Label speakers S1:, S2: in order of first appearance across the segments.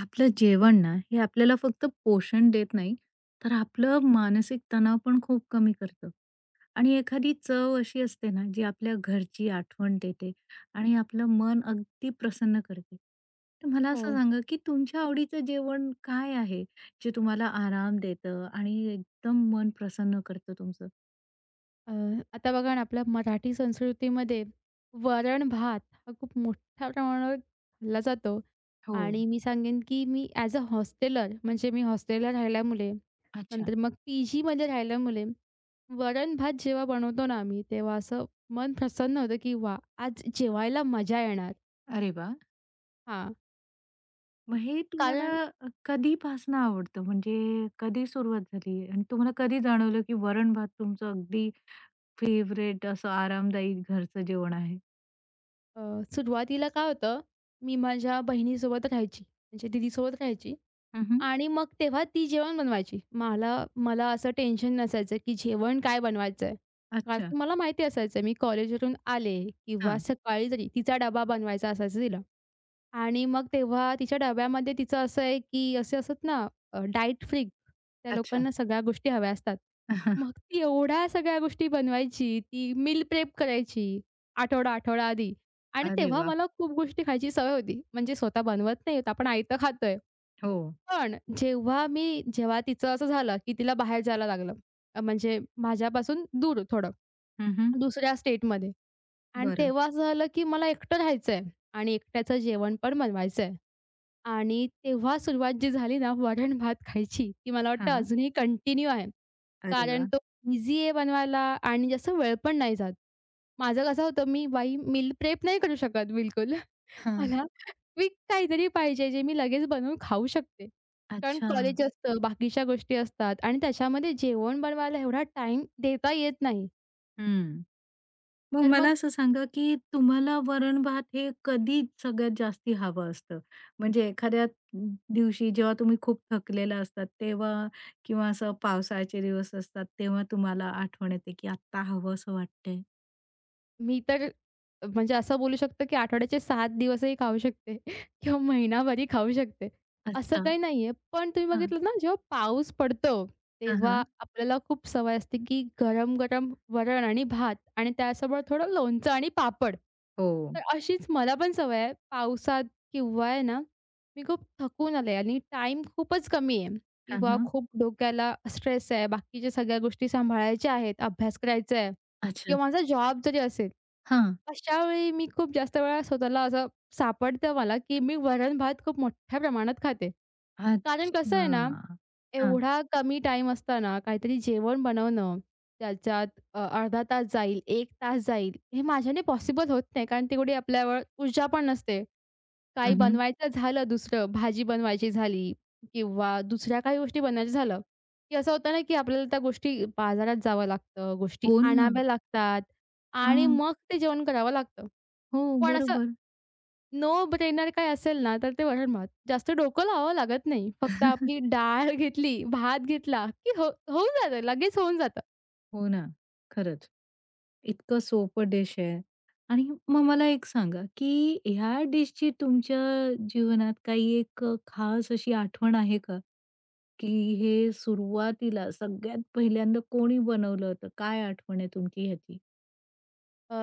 S1: आपलं जेवण ना, हे आपल्याला फक्त पोषण देत नाही, तर आपलं मानसिक तणाव पण खूप कमी करतं. आणि एखादी चव अशी असते ना, जी आपल्या घरची आठवण देते आणि आपलं मन अगदी प्रसन्न करते. तर मला असं
S2: हो.
S1: सांगा, की तुमच्या आवडीचं जेवण काय आहे, जे तुम्हाला आराम देतं आणि एकदम मन प्रसन्न करतं तुमचं?
S2: अ, आता बघा ना, आपल्या मराठी संस्कृतीमध्ये वरण-भात हा खूप मोठ्या प्रमाणावर खाल्ला जातो
S1: हो.
S2: आणि मी सांगेन, की मी ॲज अ हॉस्टेलर म्हणजे मी हॉस्टेलला राहिल्यामुळे,
S1: अच्छा.
S2: नंतर मग पीजीमध्ये राहिल्यामुळे वरण-भात जेव्हा बनवतो ना आम्ही, तेव्हा असं मन प्रसन्न होतं, की वा आज जेवायला मजा येणार.
S1: अरे वाह!
S2: हां,
S1: मग हे तुम्हाला
S2: कारण
S1: कधीपासनं आवडतं? म्हणजे कधी सुरुवात झाली आणि तुम्हाला कधी जाणवलं, की वरण-भात तुमचं अगदी फेवरेट असं आरामदायी घरचं जेवण आहे?
S2: अ, सुरुवातीला काय होतं, मी माझ्या बहिणीसोबत राहायची, म्हणजे दीदीसोबत राहायची.
S1: हं.
S2: आणि मग तेव्हा ती जेवण बनवायची. मला मला असं टेन्शन नसायचं, की जेवण काय बनवायचंय? कारण
S1: अच्छा.
S2: की मला माहिती असायचं मी कॉलेजवरून आले किंवा
S1: हां.
S2: सकाळी जरी तिचा डबा बनवायचा असायचा तिला आणि मग तेव्हा तिच्या डब्यामध्ये तिचं असं आहे, की असे असतात ना डाएट फ्रीक त्या
S1: अच्छा.
S2: लोकांना सगळ्या गोष्टी हव्या असतात. मग ती एवढ्या सगळ्या गोष्टी बनवायची, ती मील प्रेप करायची आठवडा, आठवडा आधी आणि
S1: अरे
S2: तेव्हा
S1: वाह!
S2: मला खूप गोष्टी खायची सवय होती. म्हणजे स्वतः बनवत नाही आहोत, आपण आयतं खातोय.
S1: हो.
S2: पण जेव्हा तिचं असं झालं, की तिला बाहेर जायला लागलं, म्हणजे माझ्यापासून दूर थोडं,
S1: हं, हं.
S2: दुसऱ्या स्टेटमध्ये आणि
S1: बरं.
S2: तेव्हा असं झालं, की मला एकटं राहायचंय आणि एकट्याचं जेवण पण बनवायचंय आणि तेव्हा सुरुवात जी झाली ना वरण-भात खायची, ती मला वाटतं
S1: हां.
S2: अजूनही कंटिन्यू आहे.
S1: अरे
S2: कारण
S1: वाह!
S2: तो ईझी आहे बनवायला आणि जास्त वेळ पण नाही जात. माझं कसं होतं, मी बाई मील प्रेप नाही करू शकत बिलकुल.
S1: हां.
S2: मला क्विक काहीतरी पाहिजे जे मी लगेच बनवून खाऊ शकते. कारण
S1: अच्छा.
S2: कॉलेज असतं, बाकीच्या गोष्टी असतात आणि त्याच्यामध्ये जेवण बनवायला एवढा टाईम देता येत नाही.
S1: हं. मग
S2: तर
S1: मला
S2: मग
S1: असं सांगा, की तुम्हाला वरण-भात हे कधी सगळ्यात जास्ती हवं असतं? म्हणजे एखाद्या दिवशी जेव्हा तुम्ही खूप थकलेला असतात तेव्हा किंवा असं पावसाळ्याचे दिवस असतात तेव्हा तुम्हाला आठवण येते, की आत्ता हवं असं वाटतंय?
S2: मी तर म्हणजे असं बोलू शकतो, की आठवड्याचे 7 दिवसही खाऊ शकते किंवा महिनाभरही खाऊ शकते. असं
S1: अच्छा.
S2: काही नाहीये. पण तुम्ही
S1: हां.
S2: बघितलं ना, जेव्हा पाऊस पडतो,
S1: हां,
S2: तेव्हा
S1: हां.
S2: आपल्याला खूप सवय असते, की गरम-गरम वरण आणि भात आणि त्यासोबत थोडं लोणचं आणि पापड.
S1: हो.
S2: तर अशीच मला पण सवय आहे. पावसात किंवा आहे ना, मी खूप थकून आले आणि टाईम खूपच कमी आहे
S1: हां,
S2: किंवा
S1: हां.
S2: खूप डोक्याला स्ट्रेस आहे, बाकीच्या सगळ्या गोष्टी सांभाळायच्या आहेत, अभ्यास करायचा आहे.
S1: अच्छा.
S2: किंवा माझा जॉब जरी असेल,
S1: हां.
S2: अशा वेळी मी खूप जास्त वेळा स्वतःला असं सापडतं मला, की मी वरण-भात खूप मोठ्या प्रमाणात खाते. कारण कसं आहे
S1: अच्छा.
S2: ना
S1: हां.
S2: एवढा कमी टाइम असताना काहीतरी जेवण बनवणं, त्याच्यात अर्धा तास जाईल, एक तास जाईल, हे माझ्याने पॉसिबल होत नाही. कारण तेवढी आपल्यावर ऊर्जा पण नसते. काही
S1: हं.
S2: बनवायचं झालं दुसरं, भाजी बनवायची झाली किंवा दुसऱ्या काही गोष्टी बनवायच्या झालं, की असं होतं ना, की आपल्याला त्या गोष्टी बाजारात जावं लागतं, गोष्टी
S1: हो ना.
S2: आणाव्या लागतात आणि
S1: हां.
S2: मग ते जेवण करावं लागतं.
S1: हो,
S2: पण असं
S1: बरोबर.
S2: नो ब्रेनर काही असेल ना, तर ते वरण भात. जास्त डोकं लावावं लागत नाही. फक्त आपली डाळ घेतली, भात घेतला, की हो होऊन जातं. लगेच होऊन जातं.
S1: हो ना. खरंच. इतकं सोपं डिश आहे. आणि मग मला एक सांगा, की ह्या डिशची तुमच्या जीवनात काही एक खास अशी आठवण आहे का? की हे सुरुवातीला सगळ्यात पहिल्यांदा कोणी बनवलं होतं? काय आठवण आहे तुमची ह्याची?
S2: अ,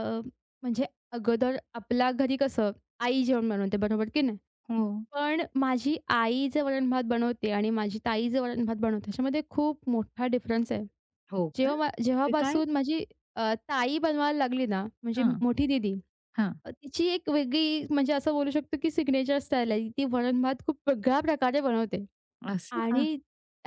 S2: म्हणजे अगोदर आपल्या घरी कसं आई जेवण बनवते, बरोबर की नाही?
S1: हो.
S2: पण माझी आई जे वरण भात बनवते आणि माझी ताई जे वरण भात बनवते, त्याच्यामध्ये खूप मोठा डिफरन्स आहे.
S1: हो का?
S2: जेव्हा मा
S1: ते काय?
S2: जेव्हापासून माझी ताई बनवायला लागली ना, म्हणजे
S1: हां,
S2: मोठी दीदी,
S1: हां.
S2: तिची एक वेगळी म्हणजे असं बोलू शकतो, की सिग्नेचर स्टाईल आहे. ती वरण भात खूप वेगळ्या प्रकारे बनवते.
S1: असं का?
S2: आणि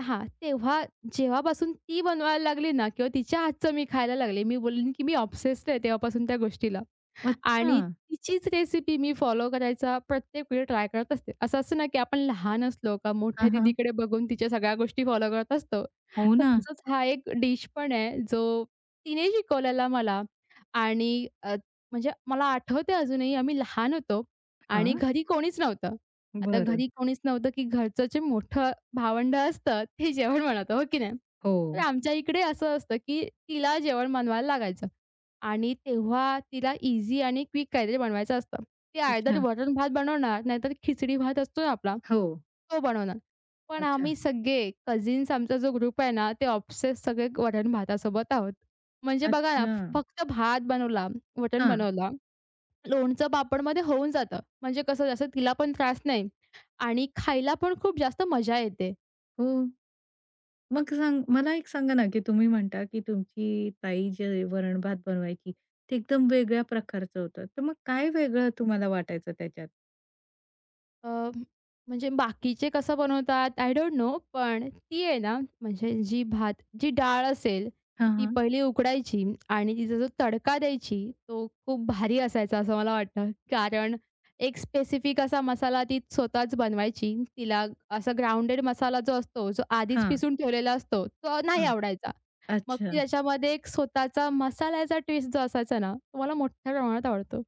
S2: हां, तेव्हा जेव्हापासून ती बनवायला लागली ना किंवा तिच्या हातचं मी खायला लागले. मी बोलेन की मी ऑब्सेस्ड आहे तेव्हापासून त्या गोष्टीला.
S1: अच्छा.
S2: आणि तिचीच रेसिपी मी फॉलो करायचा प्रत्येक वेळी ट्राय करत असते. असं असतं ना, की आपण लहान असलो का मोठ्या
S1: हां, हां.
S2: दीदीकडे बघून तिच्या सगळ्या गोष्टी फॉलो करत असतो.
S1: हो
S2: तर
S1: ना.
S2: तसंच हा एक डिश पण आहे, जो तिने शिकवलेला मला आणि म्हणजे मला आठवतंय अजूनही आम्ही लहान होतो आणि
S1: हां.
S2: घरी कोणीच नव्हतं. आता
S1: बरं.
S2: घरी कोणीच नव्हतं, की घरचं जे मोठं भावंड असतं ते जेवण बनवतं, हो की नाही?
S1: हो.
S2: तर आमच्या इकडे असं असतं, की तिला जेवण बनवायला लागायचं. आणि तेव्हा तिला इझी आणि क्विक काहीतरी बनवायचं असतं. ती आयदर
S1: अच्छा.
S2: वरण-भात बनवणार, नाहीतर खिचडी-भात असतो ना आपला,
S1: हो.
S2: तो बनवणार. पण
S1: अच्छा.
S2: आम्ही सगळे कझिन्स आमचा जो ग्रुप आहे ना, ते ऑब्सेस सगळे वरण-भातासोबत आहोत. म्हणजे बघा ना,
S1: अच्छा.
S2: फक्त भात बनवला, वटण
S1: हां.
S2: बनवला, लोणचं पापडमध्ये होऊन जातं. म्हणजे कसं, जास्त तिला पण त्रास नाही आणि खायला पण खूप जास्त मजा येते.
S1: हो. मग सांग मला एक सांगा ना, की तुम्ही म्हणता, की तुमची ताई जे वरण-भात बनवायची, ते एकदम वेगळ्या प्रकारचं होतं. तर मग काय वेगळं तुम्हाला वाटायचं त्याच्यात?
S2: अ, म्हणजे बाकीचे कसं बनवतात आय डोंट नो, पण ती आहे ना, म्हणजे जी भात जी डाळ असेल,
S1: हां,
S2: ती
S1: हां.
S2: पहिली उकडायची आणि तिचा जो तडका द्यायची, तो खूप भारी असायचा असं मला वाटतं. कारण एक स्पेसिफिक असा मसाला ती स्वतःच बनवायची. तिला असा ग्राउंडेड मसाला जो असतो, जो आधीच
S1: हां.
S2: पिसून ठेवलेला असतो, तो नाही
S1: हां.
S2: आवडायचा. मग ती
S1: अच्छा.
S2: त्याच्यामध्ये एक स्वतःचा मसाल्याचा ट्विस्ट जो असायचा ना, तो मला मोठ्या प्रमाणात आवडतो.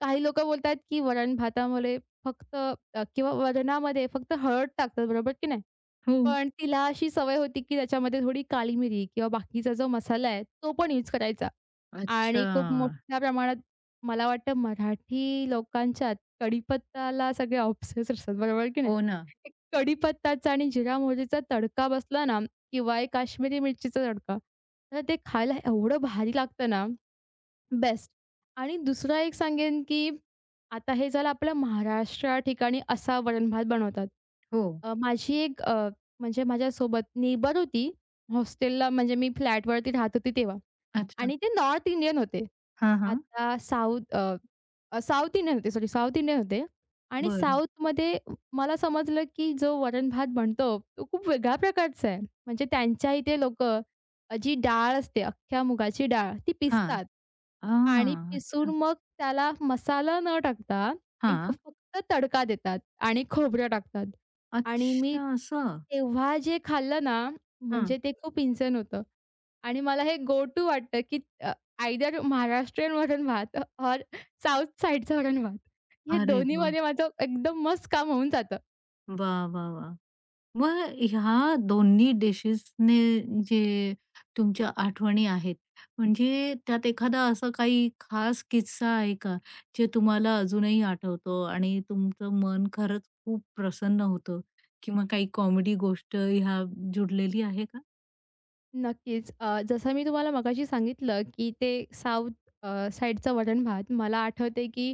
S2: काही लोकं बोलतात, की वरण भातामध्ये फक्त किंवा वरणामध्ये फक्त हळद टाकतात, बरोबर की नाही?
S1: हो.
S2: पण तिला अशी सवय होती, की त्याच्यामध्ये थोडी काळी मिरी किंवा बाकीचा जो मसाला आहे, तो पण यूज करायचा. आणि
S1: अच्छा.
S2: खूप मोठ्या प्रमाणात मला वाटतं मराठी लोकांच्यात कढीपत्त्याला सगळे ऑब्सेस असतात, बरोबर की नाही?
S1: हो ना.
S2: एक कढीपत्ताचा आणि जिरा मोहरीचा तडका बसला ना किंवा एक काश्मीरी मिरचीचा तडका, तर ते खायला एवढं भारी लागतं ना, बेस्ट. आणि दुसरा एक सांगेन, की आता हे झालं आपलं महाराष्ट्र ठिकाणी असा वरण-भात बनवतात.
S1: हो.
S2: माझी एक म्हणजे माझ्यासोबत नेबर होती हॉस्टेलला म्हणजे मी फ्लॅटवरती राहत होती तेव्हा.
S1: अच्छा.
S2: आणि ते नॉर्थ इंडियन होते.
S1: हां, हां.
S2: आता साउथ इंडियन होते, सॉरी साउथ इंडियन होते आणि
S1: बरं.
S2: साउथमध्ये मला समजलं, की जो वरण-भात बनतो, तो खूप वेगळ्या प्रकारचा आहे. म्हणजे त्यांच्या इथे लोकं जी डाळ असते, अख्ख्या मुगाची डाळ, ती
S1: हां.
S2: पिसतात
S1: आ,
S2: आणि पिसून
S1: अच्छा.
S2: मग त्याला मसाला न टाकता एक
S1: हां.
S2: फक्त तडका देतात आणि खोबरं टाकतात आणि मी
S1: अच्छा असं.
S2: तेव्हा जे खाल्लं ना,
S1: हां.
S2: म्हणजे ते खूप हिंसण होतं आणि मला हे गो टू वाटतं, की आयदर महाराष्ट्रीयन वरण-भात और साउथ साइडचं वरण-भात. हे
S1: अरे वाह!
S2: दोन्हीमध्ये माझं एकदम मस्त काम होऊन जातं.
S1: वाह, वाह, वाह! मग ह्या दोन्ही डिशेसने जे तुमच्या आठवणी आहेत, म्हणजे त्यात एखादा असा काही खास किस्सा आहे का? जे तुम्हाला अजूनही आठवतो आणि तुमचं मन खरंच खूप प्रसन्न होतं किंवा काही कॉमेडी गोष्ट ह्या जुडलेली आहे का?
S2: नक्कीच. जसं मी तुम्हाला मगाशी सांगितलं, की ते साउथ साइडचं वरण-भात मला आठवतंय, की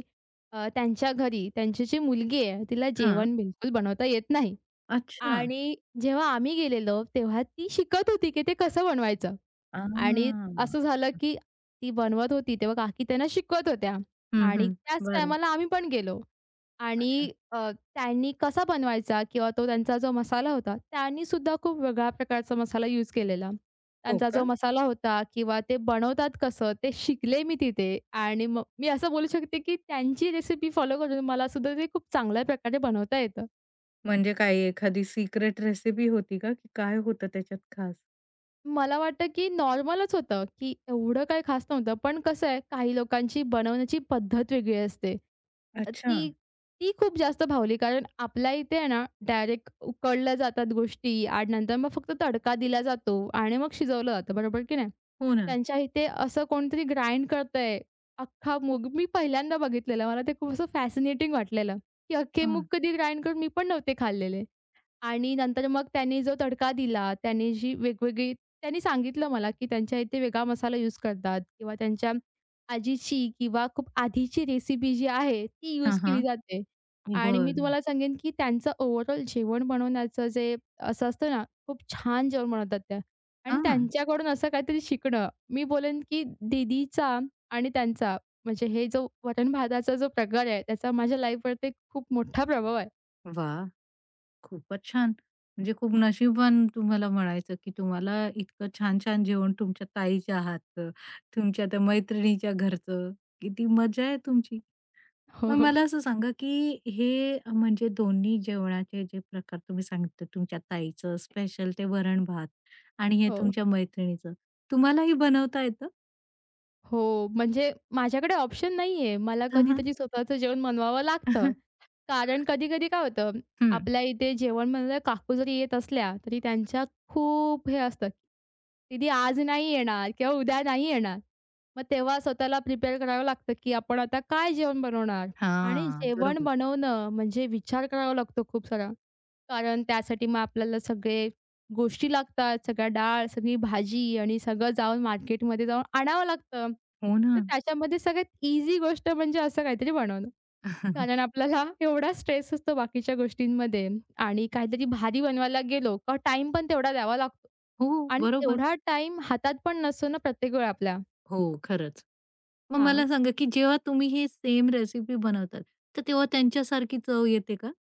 S2: त्यांच्या घरी त्यांची जी मुलगी आहे, तिला
S1: हां.
S2: जेवण बिलकुल बनवता येत नाही
S1: अच्छा.
S2: आणि जेव्हा आम्ही गेलेलो, तेव्हा ती शिकत होती, की ते कसं बनवायचं. आणि
S1: आ!
S2: असं झालं, की ती बनवत होती तेव्हा काकी त्यांना शिकवत होत्या
S1: हं,
S2: आणि
S1: हं.
S2: त्याच
S1: बरं.
S2: टायमाला आम्ही पण गेलो आणि
S1: अच्छा.
S2: त्यांनी कसा बनवायचा किंवा तो त्यांचा जो मसाला होता, त्यांनी सुद्धा खूप वेगळ्या प्रकारचा मसाला यूज केलेला.
S1: हो
S2: त्यांचा
S1: का?
S2: जो मसाला होता किंवा ते बनवतात कसं ते शिकले मी तिथे आणि मग मी असं बोलू शकते, की त्यांची रेसिपी फॉलो करून मला सुद्धा ते खूप चांगल्या प्रकारे बनवता येतं.
S1: म्हणजे काय एखादी सिक्रेट रेसिपी होती का, की काय होतं त्याच्यात खास?
S2: मला वाटतं की नॉर्मलच होतं, की एवढं काही खास नव्हतं. पण कसं आहे, काही लोकांची बनवण्याची पद्धत वेगळी असते. अ,
S1: अच्छा.
S2: ती ती खूप जास्त भावली. कारण आपल्या इथे आहे ना, डायरेक्ट उकडल्या जातात गोष्टी आणि नंतर मग फक्त तडका दिला जातो आणि मग शिजवलं जातं, बरोबर की नाही?
S1: हो ना.
S2: त्यांच्या इथे असं कोणतरी ग्राइंड करतंय अख्खा मूग. मी पहिल्यांदा बघितलेलं. मला ते खूप असं फॅसिनेटिंग वाटलेलं, की अख्खे मूग
S1: हां.
S2: कधी ग्राइंड करून मी पण नव्हते खाल्लेले. आणि नंतर मग त्यांनी जो तडका दिला, त्यांनी जी वेगवेगळी त्यांनी सांगितलं मला, की त्यांच्या इथे वेगळा मसाला यूज करतात किंवा त्यांच्या आजीची किंवा खूप आधीची रेसिपी जी आहे, ती यूज केली
S1: हां,
S2: जाते. आणि मी
S1: बरं.
S2: तुम्हाला सांगेन, की त्यांचं ओव्हरऑल जेवण बनवण्याचं जे असं असतं ना, खूप छान जेवण बनवतात त्या आणि
S1: हां.
S2: त्यांच्याकडून असं काहीतरी शिकणं. मी बोलेन, की दीदीचा आणि त्यांचा म्हणजे हे जो वरण-भाताचा जो प्रकार आहे, त्याचा माझ्या लाईफवरती खूप मोठा प्रभाव आहे.
S1: वाह! खूपच छान. म्हणजे खूप नशीबवान तुम्हाला म्हणायचं, की तुम्हाला इतकं छान-छान जेवण तुमच्या ताईच्या हातचं, तुमच्या त्या मैत्रिणीच्या घरचं. किती मजा आहे तुमची.
S2: हो,
S1: मग
S2: हो.
S1: मला असं सांगा, की हे म्हणजे दोन्ही जेवणाचे जे प्रकार तुम्ही सांगितले, तुमच्या ताईचं स्पेशल ते वरण-भात आणि हे
S2: हो.
S1: तुमच्या मैत्रिणीचं. तुम्हालाही बनवता येतं?
S2: हो, म्हणजे माझ्याकडे ऑप्शन नाहीये. मला
S1: हं,
S2: कधी
S1: हं.
S2: तरी स्वतःचं जेवण बनवावं लागतं. कारण कधी-कधी काय होतं,
S1: हं.
S2: आपल्या इथे जेवण बनवायला काकू जरी येत असल्या, तरी त्यांच्या खूप हे असतं, "दीदी आज नाही येणार किंवा उद्या नाही येणार." मग तेव्हा स्वतःला प्रिपेअर करावं लागतं, की आपण आता काय जेवण बनवणार? आणि
S1: हां.
S2: जेवण
S1: बरोबर.
S2: बनवणं म्हणजे विचार करावा लागतो खूप सारा. कारण त्यासाठी मग आपल्याला सगळे गोष्टी लागतात, सगळ्या डाळ, सगळी भाजी आणि सगळं जाऊन मार्केटमध्ये जाऊन आणावं लागतं.
S1: हो
S2: तर
S1: ना.
S2: त्याच्यामध्ये सगळ्यात ईझी गोष्ट म्हणजे असं काहीतरी बनवणं. कारण आपल्याला एवढा स्ट्रेस असतो बाकीच्या गोष्टींमध्ये आणि काहीतरी भारी बनवायला गेलो का टाईम पण तेवढा द्यावा लागतो
S1: हो,
S2: आणि
S1: बरोबर.
S2: तेवढा टाईम हातात पण नसतो ना प्रत्येक वेळा आपल्या.
S1: हो, खरंच. मग
S2: हां,
S1: मला सांगा, की जेव्हा तुम्ही हे सेम रेसिपी बनवतात, तर तेव्हा त्यांच्यासारखी चव येते का?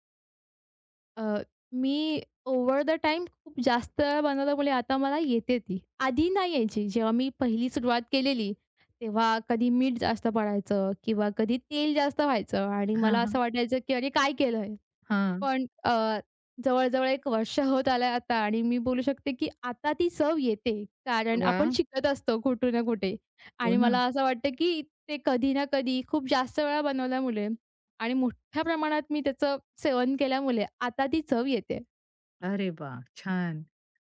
S2: अ, मी ओव्हर द टाईम खूप जास्त वेळा बनवल्यामुळे आता मला येते ती. आधी नाही यायची. जेव्हा मी पहिली सुरुवात केलेली, तेव्हा कधी मीठ जास्त पडायचं किंवा कधी तेल जास्त व्हायचं आणि
S1: हां,
S2: मला असं
S1: हां.
S2: वाटायचं की "अरे, काय केलंय?"
S1: हां.
S2: पण जवळ-जवळ 1 वर्ष होत आलंय आता आणि मी बोलू शकते, की आता ती चव येते. कारण आपण
S1: वाह!
S2: शिकत असतो कुठे ना कुठे
S1: हो
S2: आणि
S1: ना.
S2: मला असं वाटतं, की ते कधी ना कधी खूप जास्त वेळा बनवल्यामुळे आणि मोठ्या प्रमाणात मी त्याचं सेवन केल्यामुळे आता ती चव येते.
S1: अरे वाह! छान.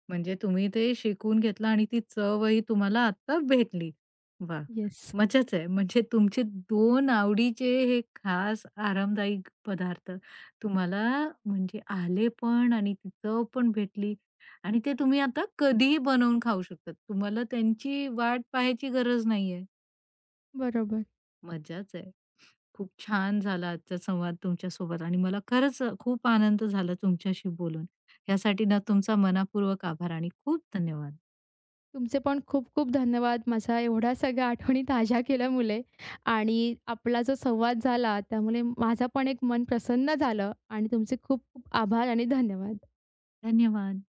S1: म्हणजे तुम्ही ते शिकून घेतलं आणि ती चवही तुम्हाला आता भेटली. वाह!
S2: येस,
S1: मजाच आहे. म्हणजे तुमचे 2 आवडीचे हे खास आरामदायी पदार्थ तुम्हाला म्हणजे आले पण आणि ती चव पण भेटली आणि ते तुम्ही आता कधीही बनवून खाऊ शकतात. तुम्हाला त्यांची वाट पाहायची गरज नाहीये.
S2: बरोबर.
S1: मजाच आहे. खूप छान झाला आजचा संवाद तुमच्यासोबत आणि मला खरंच खूप आनंद झाला तुमच्याशी बोलून. यासाठी ना तुमचा मनापूर्वक आभार आणि खूप धन्यवाद.
S2: तुमचे पण खूप-खूप धन्यवाद. माझ्या एवढ्या सगळ्या आठवणी ताज्या केल्यामुळे आणि आपला जो संवाद झाला त्यामुळे माझं पण एक मन प्रसन्न झालं आणि तुमचे खूप-खूप आभार आणि धन्यवाद.
S1: धन्यवाद.